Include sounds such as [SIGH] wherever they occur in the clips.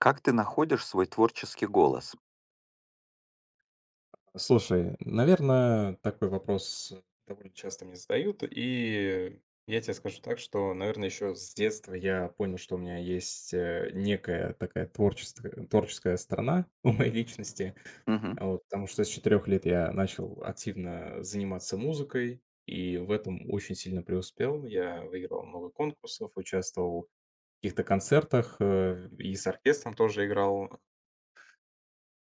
Как ты находишь свой творческий голос? Слушай, наверное, такой вопрос довольно часто мне задают, и я тебе скажу так, что, наверное, еще с детства я понял, что у меня есть некая такая творческая сторона [LAUGHS] у моей личности. Мгм. А вот, потому что с 4 лет я начал активно заниматься музыкой, и в этом очень сильно преуспел. Я выиграл много конкурсов, участвовал в каких-то концертах и с оркестром тоже играл.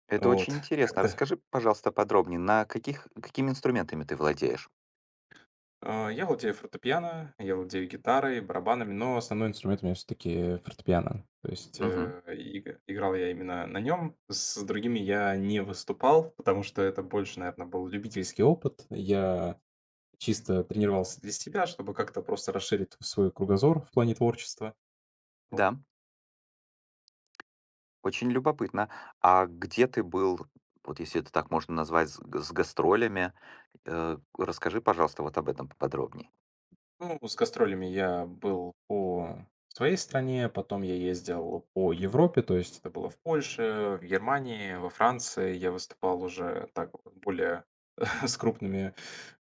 Это очень Вот, [LAUGHS] интересно. как-то Расскажи, пожалуйста, подробнее, на каких, какими инструментами ты владеешь? Я владею фортепиано, я владею гитарой, барабанами, но основной инструмент у меня все таки фортепиано. То есть, Мгм. э, иг играл я именно на нем. С другими я не выступал, потому что это больше, наверное, был любительский опыт. Я чисто тренировался для себя, чтобы как-то просто расширить свой кругозор в плане творчества. Да, очень любопытно. А где ты был, вот если это так можно назвать, с, с гастролями? Расскажи, пожалуйста, вот об этом поподробнее. Ну, с гастролями я был по своей стране, потом я ездил по Европе, то есть это было в Польше, в Германии, во Франции. Я выступал уже так вот более [LAUGHS] с крупными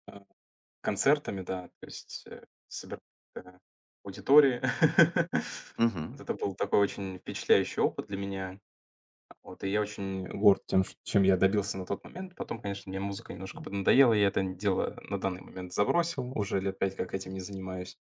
э, концертами, да, то есть собирал э, аудитории. [LAUGHS] Вот Мгм. это был такой очень впечатляющий опыт для меня. Вот, и я очень горд тем, чем я добился на тот момент. Потом, конечно, мне музыка немножко поднадоела, и я это дело на данный момент забросил. Уже лет пять как этим не занимаюсь.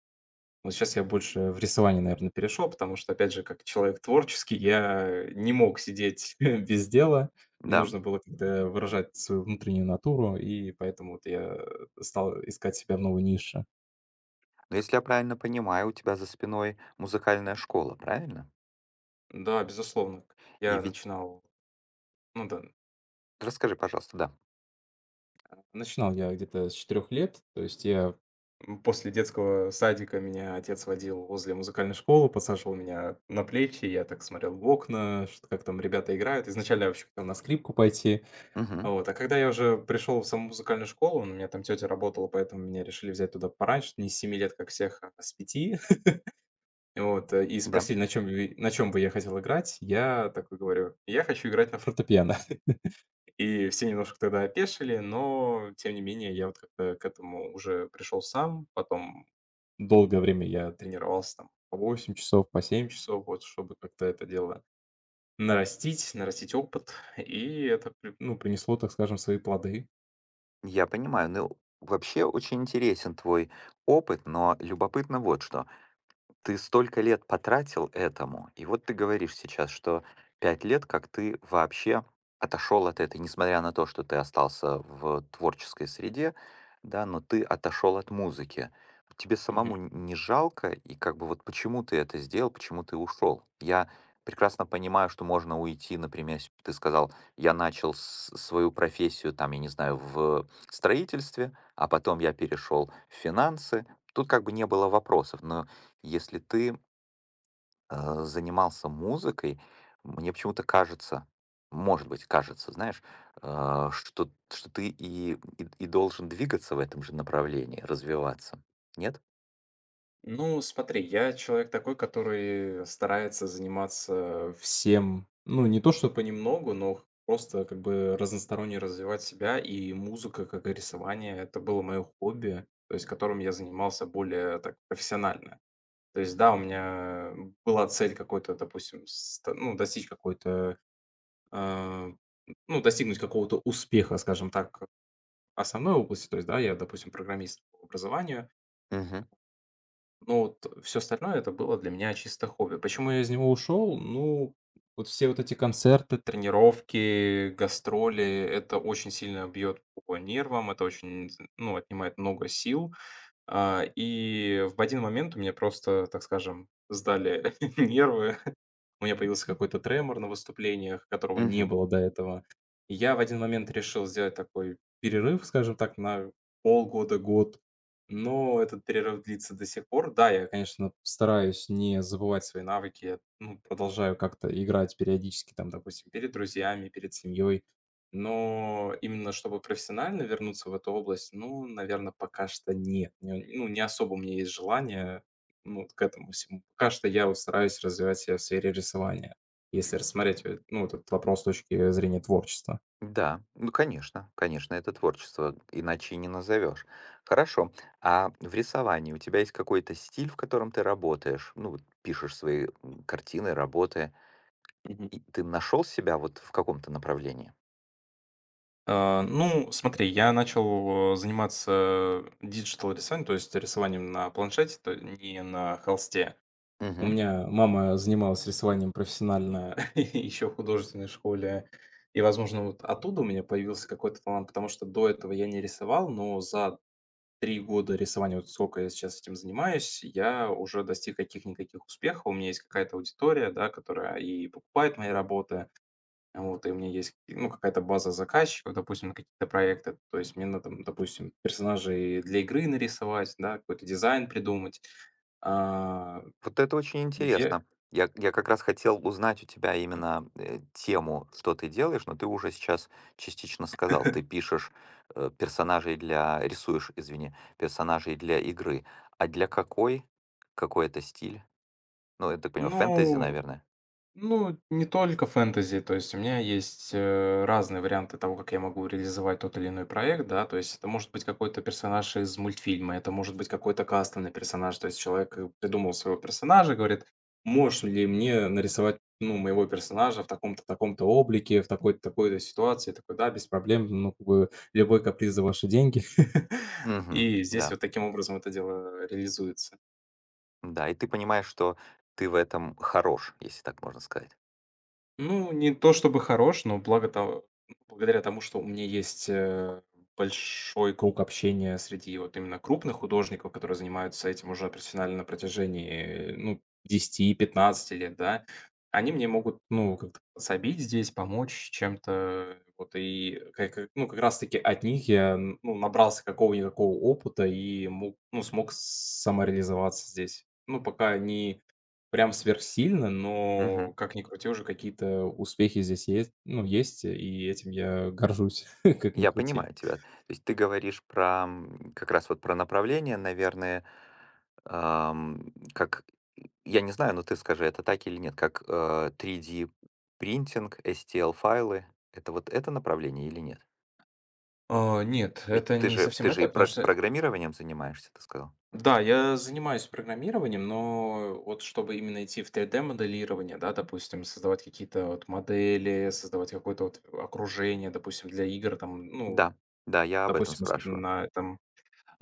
Вот щас я больше в рисование, наверное, перешел, потому что, опять же, как человек творческий, я не мог сидеть [LAUGHS] без дела. Мне Да. нужно было как-то выражать свою внутреннюю натуру, и поэтому вот я стал искать себя в новой нише. Но если я правильно понимаю, у тебя за спиной музыкальная школа, правильно? Да, безусловно. И я ведь начинал, ну да. расскажи, пожалуйста, да. Начинал я где-то с 4 лет, то есть я после детского садика меня отец водил возле музыкальной школы, подсаживал меня на плечи, я так смотрел в окна, что как там ребята играют. Изначально я вообще хотел на скрипку пойти. Мгм. Вот, а когда я уже пришел в саму музыкальную школу, ну, у меня там тетя работала, поэтому меня решили взять туда пораньше, не с 7 лет, как всех, а с 5. [LAUGHS] Вот, и Да. спросили, на чем бы я хотел играть. Я такой говорю, я хочу играть на фортепиано. [LAUGHS] И все немножко тогда опешили, но, тем не менее, я вот как-то к этому уже пришел сам. Потом долгое время я тренировался там по 8 часов, по 7 часов, вот, чтобы как-то это дело нарастить опыт. И это, ну, принесло, так скажем, свои плоды. Я понимаю, ну вообще очень интересен твой опыт, но любопытно вот что. Ты столько лет потратил этому, и вот ты говоришь сейчас, что 5 лет, как ты вообще отошел от этой, несмотря на то, что ты остался в творческой среде, да, но ты отошел от музыки. Тебе самому Мгм. Не жалко, и как бы вот почему ты это сделал, почему ты ушел? Я прекрасно понимаю, что можно уйти, например, если ты сказал, я начал свою профессию, там, я не знаю, в строительстве, а потом я перешел в финансы. Тут как бы не было вопросов, но если ты, занимался музыкой, мне почему-то кажется, может быть, кажется, знаешь, что что ты должен двигаться в этом же направлении, развиваться. Нет? Ну, смотри, я человек такой, который старается заниматься всем, ну, не то что понемногу, но просто как бы разносторонне развивать себя, и музыка, как и рисование, это было мое хобби, то есть которым я занимался более так профессионально. То есть, да, у меня была цель какой-то, допустим, ну, достичь какой-то, а, ну, достигнуть какого-то успеха, скажем так, в основной области, то есть, да, я, допустим, программист по образованию, Мгм. но вот все остальное — это было для меня чисто хобби. Почему я из него ушел? Ну, вот все вот эти концерты, тренировки, гастроли — это очень сильно бьет по нервам, это очень, ну, отнимает много сил. И в один момент у меня просто, так скажем, сдали [LAUGHS] нервы. У меня появился какой-то тремор на выступлениях, которого не Мгм. было до этого. И я в один момент решил сделать такой перерыв, скажем так, на полгода, год. Но этот перерыв длится до сих пор. Да, я, конечно, стараюсь не забывать свои навыки. Я, ну, продолжаю как-то играть периодически, там, допустим, перед друзьями, перед семьей. Но именно чтобы профессионально вернуться в эту область, ну, наверное, пока что нет. Ну, не особо у меня есть желание ну, вот к этому всему. Пока что я вот стараюсь развивать себя в сфере рисования, если рассмотреть, ну, вот этот вопрос с точки зрения творчества. Да, ну, конечно, конечно, это творчество, иначе и не назовешь. Хорошо. А в рисовании у тебя есть какой-то стиль, в котором ты работаешь? Ну, вот пишешь свои, картины, работы. Мгм. И ты нашел себя вот в каком-то направлении? Ну, смотри, я начал заниматься диджитал рисованием, то есть рисованием на планшете, то не на холсте. У Мгм. меня мама занималась рисованием профессионально [LAUGHS] еще в художественной школе. И, возможно, вот оттуда у меня появился какой-то талант, потому что до этого я не рисовал, но за 3 года рисования, вот сколько я сейчас этим занимаюсь, я уже достиг каких-никаких успехов. У меня есть какая-то аудитория, да, которая и покупает мои работы, вот, и у меня есть, ну, какая-то база заказчиков, допустим, на какие-то проекты. То есть мне надо, там, допустим, персонажей для игры нарисовать, да, какой-то дизайн придумать. А, Вот это очень я, интересно. Я как раз хотел узнать у тебя именно, тему, что ты делаешь, но ты уже сейчас частично сказал. Ты [LAUGHS] пишешь, персонажей для рисуешь, извини, персонажей для игры. А для какой? Какой это стиль? Ну, я так понимаю, фэнтези, ну наверное? Ну, не только фэнтези, то есть у меня есть, разные варианты того, как я могу реализовать тот или иной проект, да, то есть это может быть какой-то персонаж из мультфильма, это может быть какой-то кастомный персонаж, то есть человек, придумал своего персонажа, говорит: «Можешь ли мне нарисовать, ну, моего персонажа в таком-то, таком-то облике, в такой-то, такой-то ситуации?» Я такой: «Да, без проблем, ну, как бы любой каприз за ваши деньги». [LAUGHS] Мгм. И здесь Да, вот таким образом это дело реализуется. да. И ты понимаешь, что ты в этом хорош, если так можно сказать. Ну, не то чтобы хорош, но благодаря тому, что у меня есть, большой круг общения среди вот именно крупных художников, которые занимаются этим уже профессионально на протяжении, ну, 10-15 лет, да, они мне могут, ну, как-то подсобить здесь, помочь чем-то. Вот и ка ка ну, как раз таки от них я, н ну, набрался какого-никакого опыта и мог ну, смог самореализоваться здесь. Ну, пока не прям сверхсильно, но Мгм. как ни крути, уже какие-то успехи здесь есть, ну, есть, и этим я горжусь, [LAUGHS] как ни Я крути. понимаю тебя. То есть ты говоришь про, как раз вот про направление, наверное, как, я не знаю, но ты скажи, это так или нет, как 3D принтинг, STL-файлы, это вот это направление или нет? Нет, Ведь это ты не же, совсем ты же это, и потому что программированием занимаешься, ты сказал. да, я занимаюсь программированием, но вот чтобы именно идти в 3D-моделирование, да, допустим, создавать какие-то вот модели, создавать какое-то вот окружение, допустим, для игр, там, ну, Да, да, я об этом допустим, особенно спрашиваю. на этом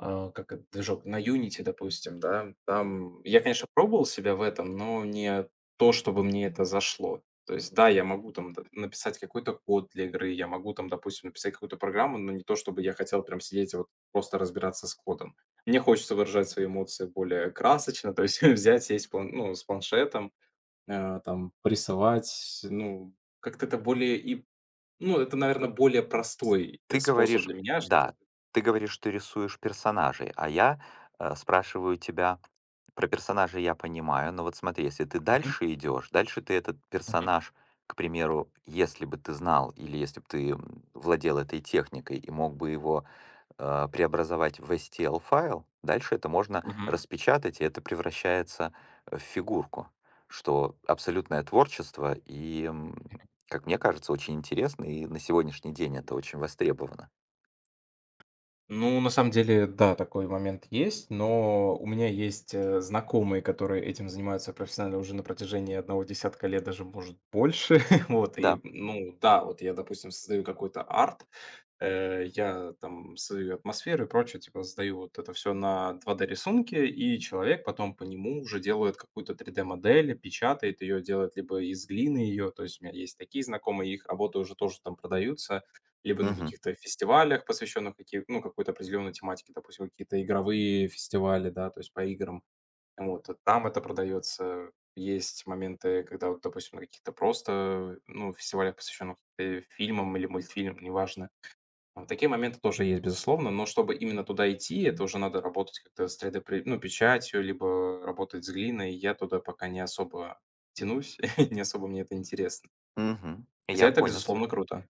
Как этот движок, на Unity, допустим, да. Там я, конечно, пробовал себя в этом, но не то, чтобы мне это зашло. То есть, да, я могу написать какой-то код для игры, я могу там, допустим, написать какую-то программу, но не то, чтобы я хотел прям сидеть и вот просто разбираться с кодом. Мне хочется выражать свои эмоции более красочно, то есть [LAUGHS] взять, сесть ну, с планшетом, там, порисовать, ну, как-то это более и... Ну, это, наверное, более простой Ты способ говоришь, для меня, чтобы... да, ты говоришь, ты рисуешь персонажей, а я спрашиваю тебя про персонажей я понимаю, но вот смотри, если ты Мгм, дальше идешь, дальше ты этот мгм, персонаж, к примеру, если бы ты знал или если бы ты владел этой техникой и мог бы его преобразовать в STL файл, дальше это можно мгм. распечатать, и это превращается в фигурку, что абсолютное творчество и, как мне кажется, очень интересно, и на сегодняшний день это очень востребовано. Ну, на самом деле, да, такой момент есть, но у меня есть знакомые, которые этим занимаются профессионально уже на протяжении одного десятка лет, даже, может, больше. [LAUGHS] Вот, и, Да. ну, да, вот я, допустим, создаю какой-то арт, я там свою атмосферу и прочее, типа, создаю, вот это все на 2D-рисунке, и человек потом по нему уже делает какую-то 3D-модель, печатает ее, делает либо из глины ее, то есть у меня есть такие знакомые, их работы уже тоже там продаются, либо на Мгм. каких-то фестивалях, посвященных каки ну, какой-то определенной тематике, допустим, какие-то игровые фестивали, да, то есть по играм. Вот, а там это продается. Есть моменты, когда вот, допустим, на каких-то просто, ну, фестивалях, посвященных, фильмам или мультфильмам, неважно. Вот такие моменты тоже есть, безусловно, но чтобы именно туда идти, это уже надо работать как-то с 3 при ну, печатью, либо работать с глиной. Я туда пока не особо тянусь, [LAUGHS] не особо мне это интересно. Мгм. Хотя Я это, понял безусловно, тебя. круто.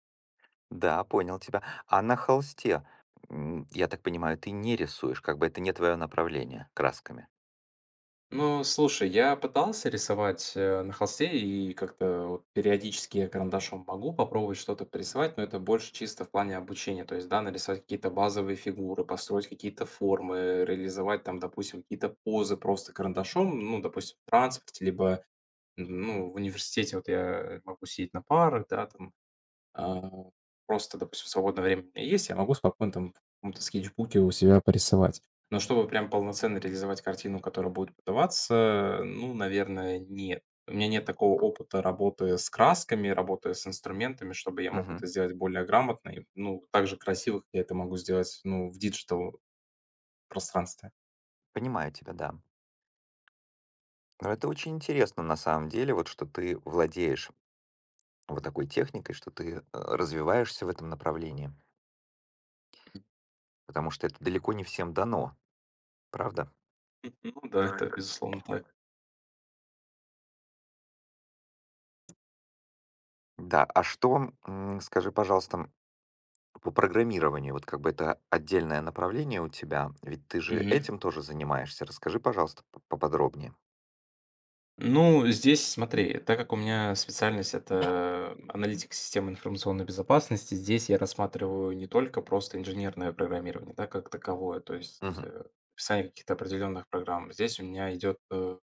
Да, понял тебя. А на холсте, я так понимаю, ты не рисуешь, как бы это не твое направление красками. Ну, слушай, я пытался рисовать, на холсте и как-то вот периодически я карандашом могу попробовать что-то порисовать, но это больше чисто в плане обучения. То есть, да, нарисовать какие-то базовые фигуры, построить какие-то формы, реализовать там, допустим, какие-то позы просто карандашом, ну, допустим, в транспорте, либо, ну, в университете вот я могу сидеть на парах, да, там, а, просто, допустим, свободное время у меня есть, я могу спокойно там в каком-то скетчбуке у себя порисовать. Но чтобы прям полноценно реализовать картину, которая будет продаваться, ну, наверное, нет. У меня нет такого опыта работы с красками, работы с инструментами, чтобы я мог это Мгм. сделать более грамотно и, ну, так же красиво, как я это могу сделать, ну, в диджитал пространстве. Понимаю тебя, да. Но это очень интересно на самом деле, вот что ты владеешь вот такой техникой, что ты развиваешься в этом направлении, потому что это далеко не всем дано, правда? Ну да, это безусловно так. Да, а что, скажи, пожалуйста, по программированию, вот как бы это отдельное направление у тебя, ведь ты же Мгм. Мгм. Этим тоже занимаешься. Расскажи, пожалуйста, поподробнее. Ну, здесь смотри, так как у меня специальность — это аналитик системы информационной безопасности, здесь я рассматриваю не только просто инженерное программирование, да, как таковое, то есть, Мгм. Описание каких-то определенных программ. Здесь у меня идет,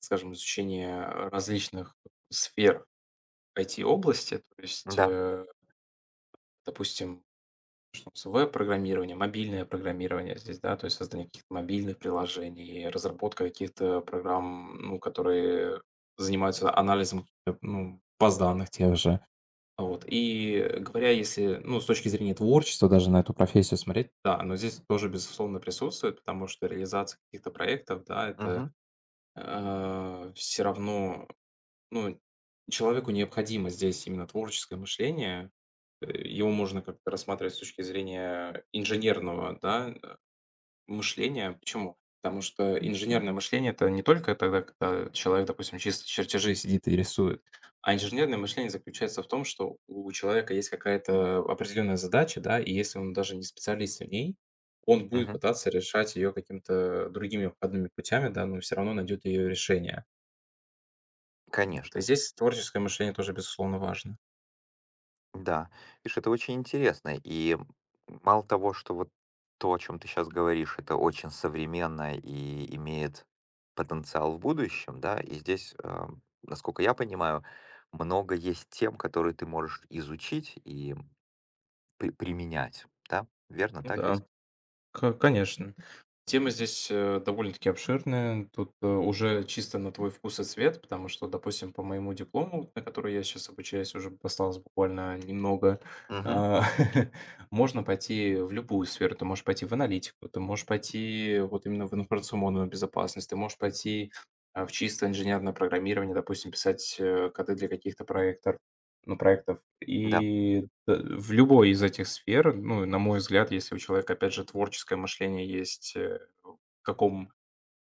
скажем, изучение различных сфер IT-области, то есть, Да. Допустим С веб-программирование, мобильное программирование здесь, да, то есть создание каких-то мобильных приложений, разработка каких-то программ, ну, которые занимаются анализом, ну, баз данных тех же. Вот. И говоря, если, ну, с точки зрения творчества даже на эту профессию смотреть, да, но здесь тоже, безусловно, присутствует, потому что реализация каких-то проектов, да, это Мгм. все равно, ну, человеку необходимо здесь именно творческое мышление, его можно как-то рассматривать с точки зрения инженерного, да, мышления. Почему? Потому что инженерное мышление — это не только тогда, когда человек, допустим, чисто чертежи сидит и рисует, а инженерное мышление заключается в том, что у человека есть какая-то определенная задача, да, и если он даже не специалист в ней, он будет Мгм. пытаться решать ее какими-то другими обходными путями, да, но все равно найдет ее решение. Вот. И Конечно. здесь творческое мышление тоже, безусловно, важно. Да, видишь, это очень интересно. И мало того, что вот то, о чем ты сейчас говоришь, это очень современно и имеет потенциал в будущем, да, и здесь, насколько я понимаю, много есть тем, которые ты можешь изучить и применять, да? Верно, Ну так да, ведь? Ко конечно. Тема здесь, довольно-таки обширная. Тут, уже чисто на твой вкус и цвет, потому что, допустим, по моему диплому, на который я сейчас обучаюсь, уже б осталось буквально немного, Угу, а, [LAUGHS] можно пойти в любую сферу. Ты можешь пойти в аналитику, ты можешь пойти вот именно в информационную безопасность, ты можешь пойти, в чисто инженерное программирование, допустим, писать, коды для каких-то проектов, да, И в любой из этих сфер, ну, на мой взгляд, если у человека, опять же, творческое мышление есть, в каком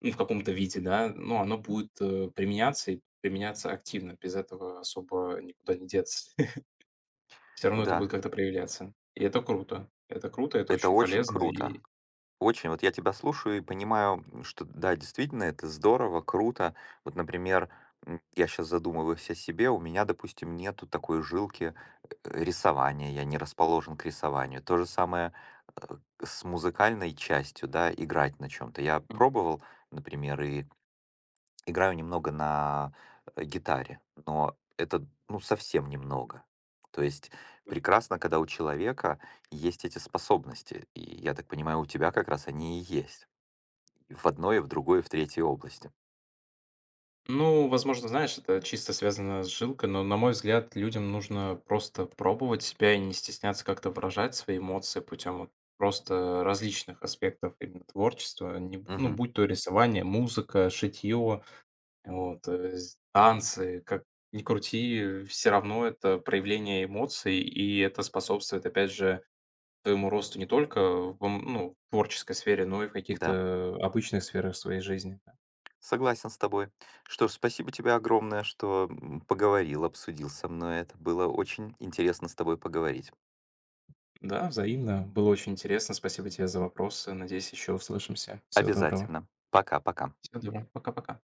ну, в каком-то виде, да, ну, оно будет, применяться и применяться активно. Без этого особо никуда не деться. [LAUGHS] Всё равно это будет да, как-то проявляться. И это круто. Это круто, это это очень очень полезно круто. Очень. Вот я тебя слушаю и понимаю, что да, действительно, это здорово, круто. Вот, например, я сейчас задумываюсь о себе, у меня, допустим, нету такой жилки рисования, я не расположен к рисованию. То же самое э, с музыкальной частью, да, играть на чем-то. Я Мгм. пробовал, например, и играю немного на, гитаре, но это, ну, совсем немного. То есть прекрасно, когда у человека есть эти способности, и, я так понимаю, у тебя как раз они и есть. И в одной, и в другой, и в третьей области. Ну, возможно, знаешь, это чисто связано с жилкой, но, на мой взгляд, людям нужно просто пробовать себя и не стесняться как-то выражать свои эмоции путем вот просто различных аспектов именно творчества, не, б- ну, Мгм. будь то рисование, музыка, шитье, вот, танцы, как ни крути, все равно это проявление эмоций, и это способствует, опять же, твоему росту не только ну, в творческой сфере, но и в Да, каких-то обычных сферах своей жизни. согласен с тобой. Что ж, спасибо тебе огромное, что, поговорил, обсудил со мной это. Было очень интересно с тобой поговорить. Да, взаимно. Было очень интересно. Спасибо тебе за вопросы. Надеюсь, еще услышимся. Всего доброго. Обязательно. Пока-пока. Всего доброго. Пока-пока.